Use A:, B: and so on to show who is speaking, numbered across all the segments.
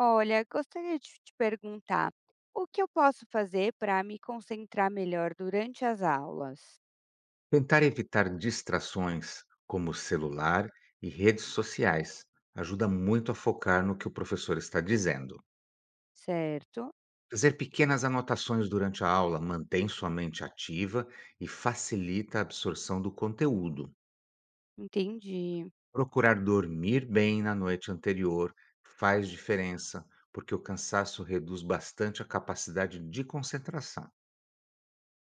A: Olha, gostaria de te perguntar, o que eu posso fazer para me concentrar melhor durante as aulas?
B: Tentar evitar distrações, como celular e redes sociais, ajuda muito a focar no que o professor está dizendo.
A: Certo,
B: Fazer pequenas anotações durante a aula mantém sua mente ativa e facilita a absorção do conteúdo.
A: entendi.
B: Procurar dormir bem na noite anterior faz diferença, porque o cansaço reduz bastante a capacidade de concentração.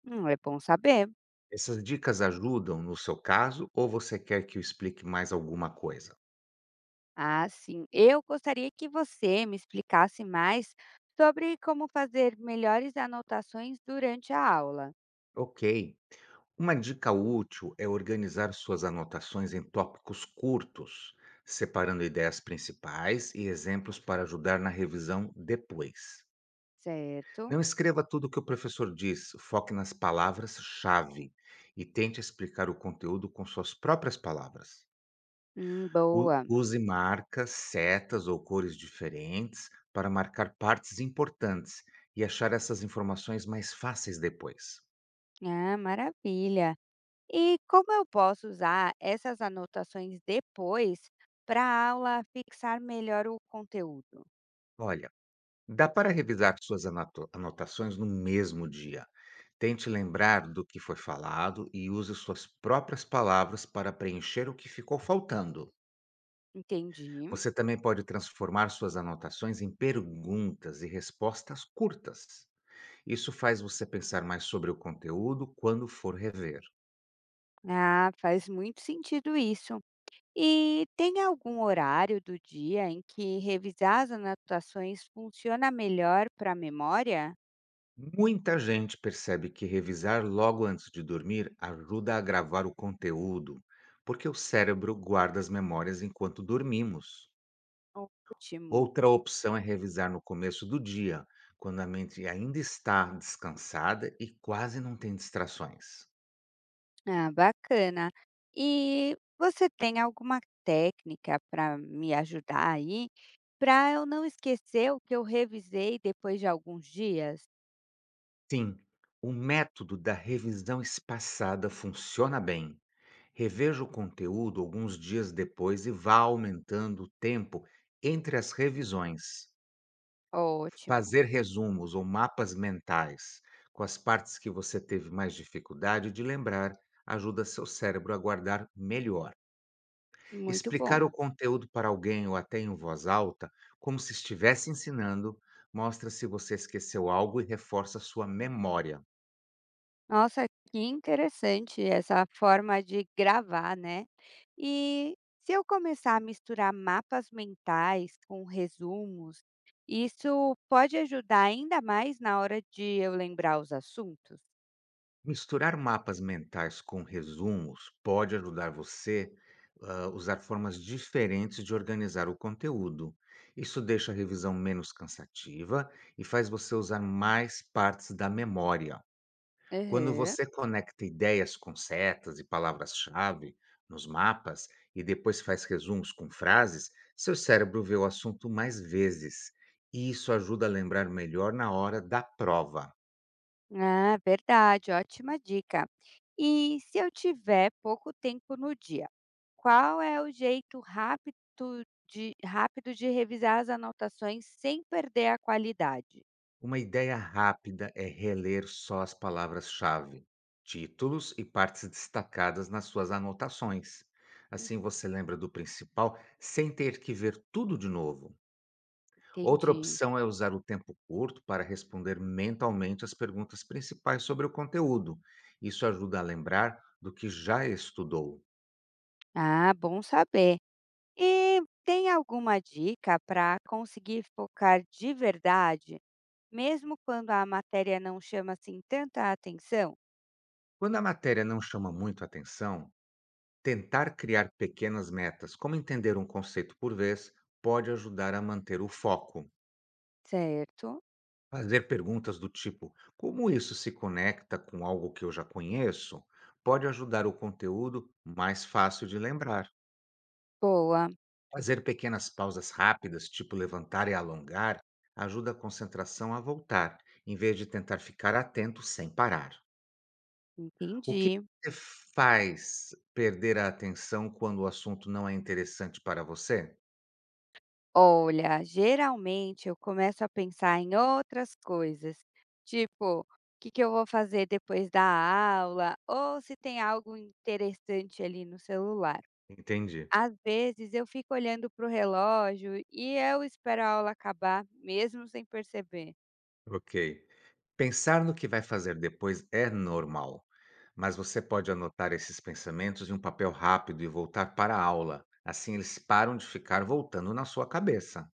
A: É bom saber.
B: Essas dicas ajudam no seu caso ou você quer que eu explique mais alguma coisa?
A: Ah, sim. Eu gostaria que você me explicasse mais sobre como fazer melhores anotações durante a aula.
B: Ok. Uma dica útil é organizar suas anotações em tópicos curtos, separando ideias principais e exemplos para ajudar na revisão depois.
A: Certo?
B: Não escreva tudo o que o professor diz, foque nas palavras-chave e tente explicar o conteúdo com suas próprias palavras.
A: Boa.
B: Use marcas, setas ou cores diferentes para marcar partes importantes e achar essas informações mais fáceis depois.
A: Ah, maravilha. E como eu posso usar essas anotações depois para a aula fixar melhor o conteúdo?
B: Olha, dá para revisar suas anotações no mesmo dia. Tente lembrar do que foi falado e use suas próprias palavras para preencher o que ficou faltando.
A: Entendi.
B: Você também pode transformar suas anotações em perguntas e respostas curtas. Isso faz você pensar mais sobre o conteúdo quando for rever.
A: Ah, faz muito sentido isso. E tem algum horário do dia em que revisar as anotações funciona melhor para a memória?
B: Muita gente percebe que revisar logo antes de dormir ajuda a gravar o conteúdo, porque o cérebro guarda as memórias enquanto dormimos.
A: Ótimo.
B: Outra opção é revisar no começo do dia, quando a mente ainda está descansada e quase não tem distrações.
A: Ah, bacana. E você tem alguma técnica para me ajudar aí, para eu não esquecer o que eu revisei depois de alguns dias?
B: Sim, o método da revisão espaçada funciona bem. Reveja o conteúdo alguns dias depois e vá aumentando o tempo entre as revisões.
A: Ótimo.
B: Fazer resumos ou mapas mentais com as partes que você teve mais dificuldade de lembrar ajuda seu cérebro a guardar melhor.
A: Muito
B: Explicar
A: bom.
B: o conteúdo para alguém ou até em voz alta, como se estivesse ensinando, mostra se você esqueceu algo e reforça sua memória.
A: Nossa, que interessante essa forma de gravar, né. E se eu começar a misturar mapas mentais com resumos, isso pode ajudar ainda mais na hora de eu lembrar os assuntos?
B: Misturar mapas mentais com resumos pode ajudar você a usar formas diferentes de organizar o conteúdo. Isso deixa a revisão menos cansativa e faz você usar mais partes da memória. Quando
A: Uhum.
B: você conecta ideias com setas e palavras-chave nos mapas e depois faz resumos com frases, seu cérebro vê o assunto mais vezes. E isso ajuda a lembrar melhor na hora da prova.
A: Ah, verdade, ótima dica. E se eu tiver pouco tempo no dia, qual é o jeito rápido de revisar as anotações sem perder a qualidade?
B: Uma ideia rápida é reler só as palavras-chave, títulos e partes destacadas nas suas anotações. Assim
A: Uhum.
B: você lembra do principal sem ter que ver tudo de novo. Outra
A: Entendi.
B: opção é usar o tempo curto para responder mentalmente as perguntas principais sobre o conteúdo. Isso ajuda a lembrar do que já estudou.
A: Ah, bom saber. E tem alguma dica para conseguir focar de verdade, mesmo quando a matéria não chama assim tanta atenção?
B: Quando a matéria não chama muito a atenção, tentar criar pequenas metas, como entender um conceito por vez, pode ajudar a manter o foco.
A: Certo.
B: Fazer perguntas do tipo: como isso se conecta com algo que eu já conheço? Pode ajudar o conteúdo mais fácil de lembrar.
A: Boa,
B: Fazer pequenas pausas rápidas, tipo levantar e alongar, ajuda a concentração a voltar, em vez de tentar ficar atento sem parar. O que
A: entendi.
B: você faz perder a atenção quando o assunto não é interessante para você?
A: Olha, geralmente eu começo a pensar em outras coisas, tipo, o que que eu vou fazer depois da aula, ou se tem algo interessante ali no celular.
B: Entendi.
A: Às vezes eu fico olhando para o relógio e eu espero a aula acabar, mesmo sem perceber.
B: Ok. Pensar no que vai fazer depois é normal, mas você pode anotar esses pensamentos em um papel rápido e voltar para a aula. Assim eles param de ficar voltando na sua cabeça.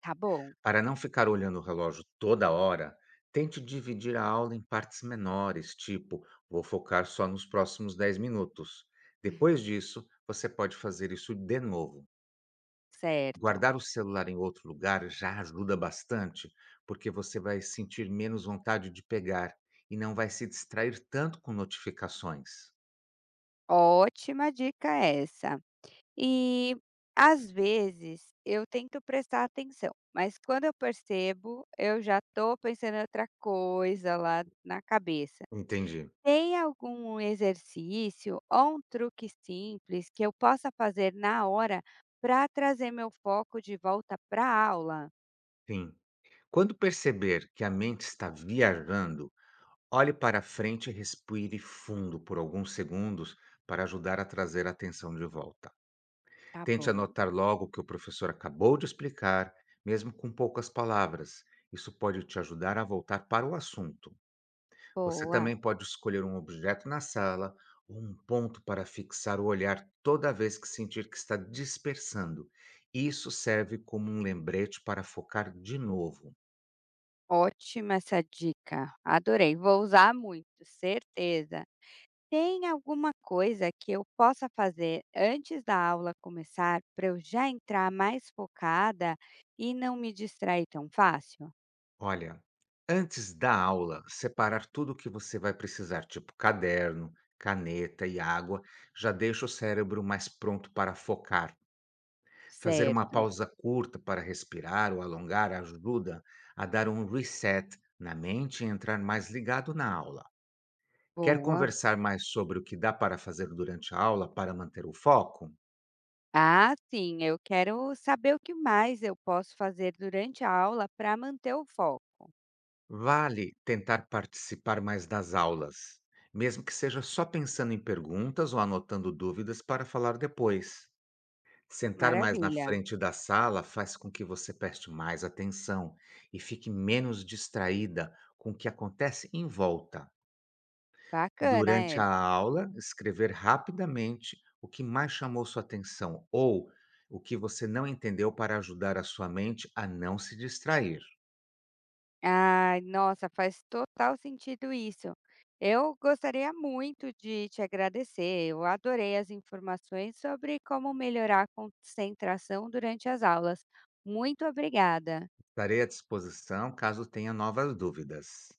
A: Tá bom,
B: Para não ficar olhando o relógio toda hora, tente dividir a aula em partes menores, tipo, vou focar só nos próximos 10 minutos. Depois disso, você pode fazer isso de novo.
A: certo.
B: Guardar o celular em outro lugar já ajuda bastante, porque você vai sentir menos vontade de pegar e não vai se distrair tanto com notificações.
A: Ótima dica essa. E às vezes eu tento prestar atenção, mas quando eu percebo, eu já estou pensando em outra coisa lá na cabeça.
B: Entendi.
A: Tem algum exercício ou um truque simples que eu possa fazer na hora para trazer meu foco de volta para a aula?
B: Sim. Quando perceber que a mente está viajando, olhe para frente e respire fundo por alguns segundos para ajudar a trazer a atenção de volta.
A: Tá
B: Tente
A: bom.
B: anotar logo o que o professor acabou de explicar, mesmo com poucas palavras. Isso pode te ajudar a voltar para o assunto. Você
A: Boa,
B: também pode escolher um objeto na sala ou um ponto para fixar o olhar toda vez que sentir que está dispersando. Isso serve como um lembrete para focar de novo.
A: ótima essa dica. Adorei, vou usar muito, certeza. Tem alguma coisa que eu possa fazer antes da aula começar para eu já entrar mais focada e não me distrair tão fácil?
B: Olha, antes da aula, separar tudo o que você vai precisar, tipo caderno, caneta e água, já deixa o cérebro mais pronto para focar. Fazer uma
A: Certo.
B: pausa curta para respirar ou alongar ajuda a dar um reset na mente e entrar mais ligado na aula. Quer
A: Boa.
B: conversar mais sobre o que dá para fazer durante a aula para manter o foco?
A: Ah, sim, eu quero saber o que mais eu posso fazer durante a aula para manter o foco.
B: Vale tentar participar mais das aulas, mesmo que seja só pensando em perguntas ou anotando dúvidas para falar depois. Sentar mais na
A: Maravilha.
B: frente da sala faz com que você preste mais atenção e fique menos distraída com o que acontece em volta.
A: Bacana
B: Durante a
A: essa.
B: aula, escrever rapidamente o que mais chamou sua atenção ou o que você não entendeu para ajudar a sua mente a não se distrair.
A: Ai, nossa, faz total sentido isso. Eu gostaria muito de te agradecer. Eu adorei as informações sobre como melhorar a concentração durante as aulas. Muito obrigada.
B: Estarei à disposição caso tenha novas dúvidas.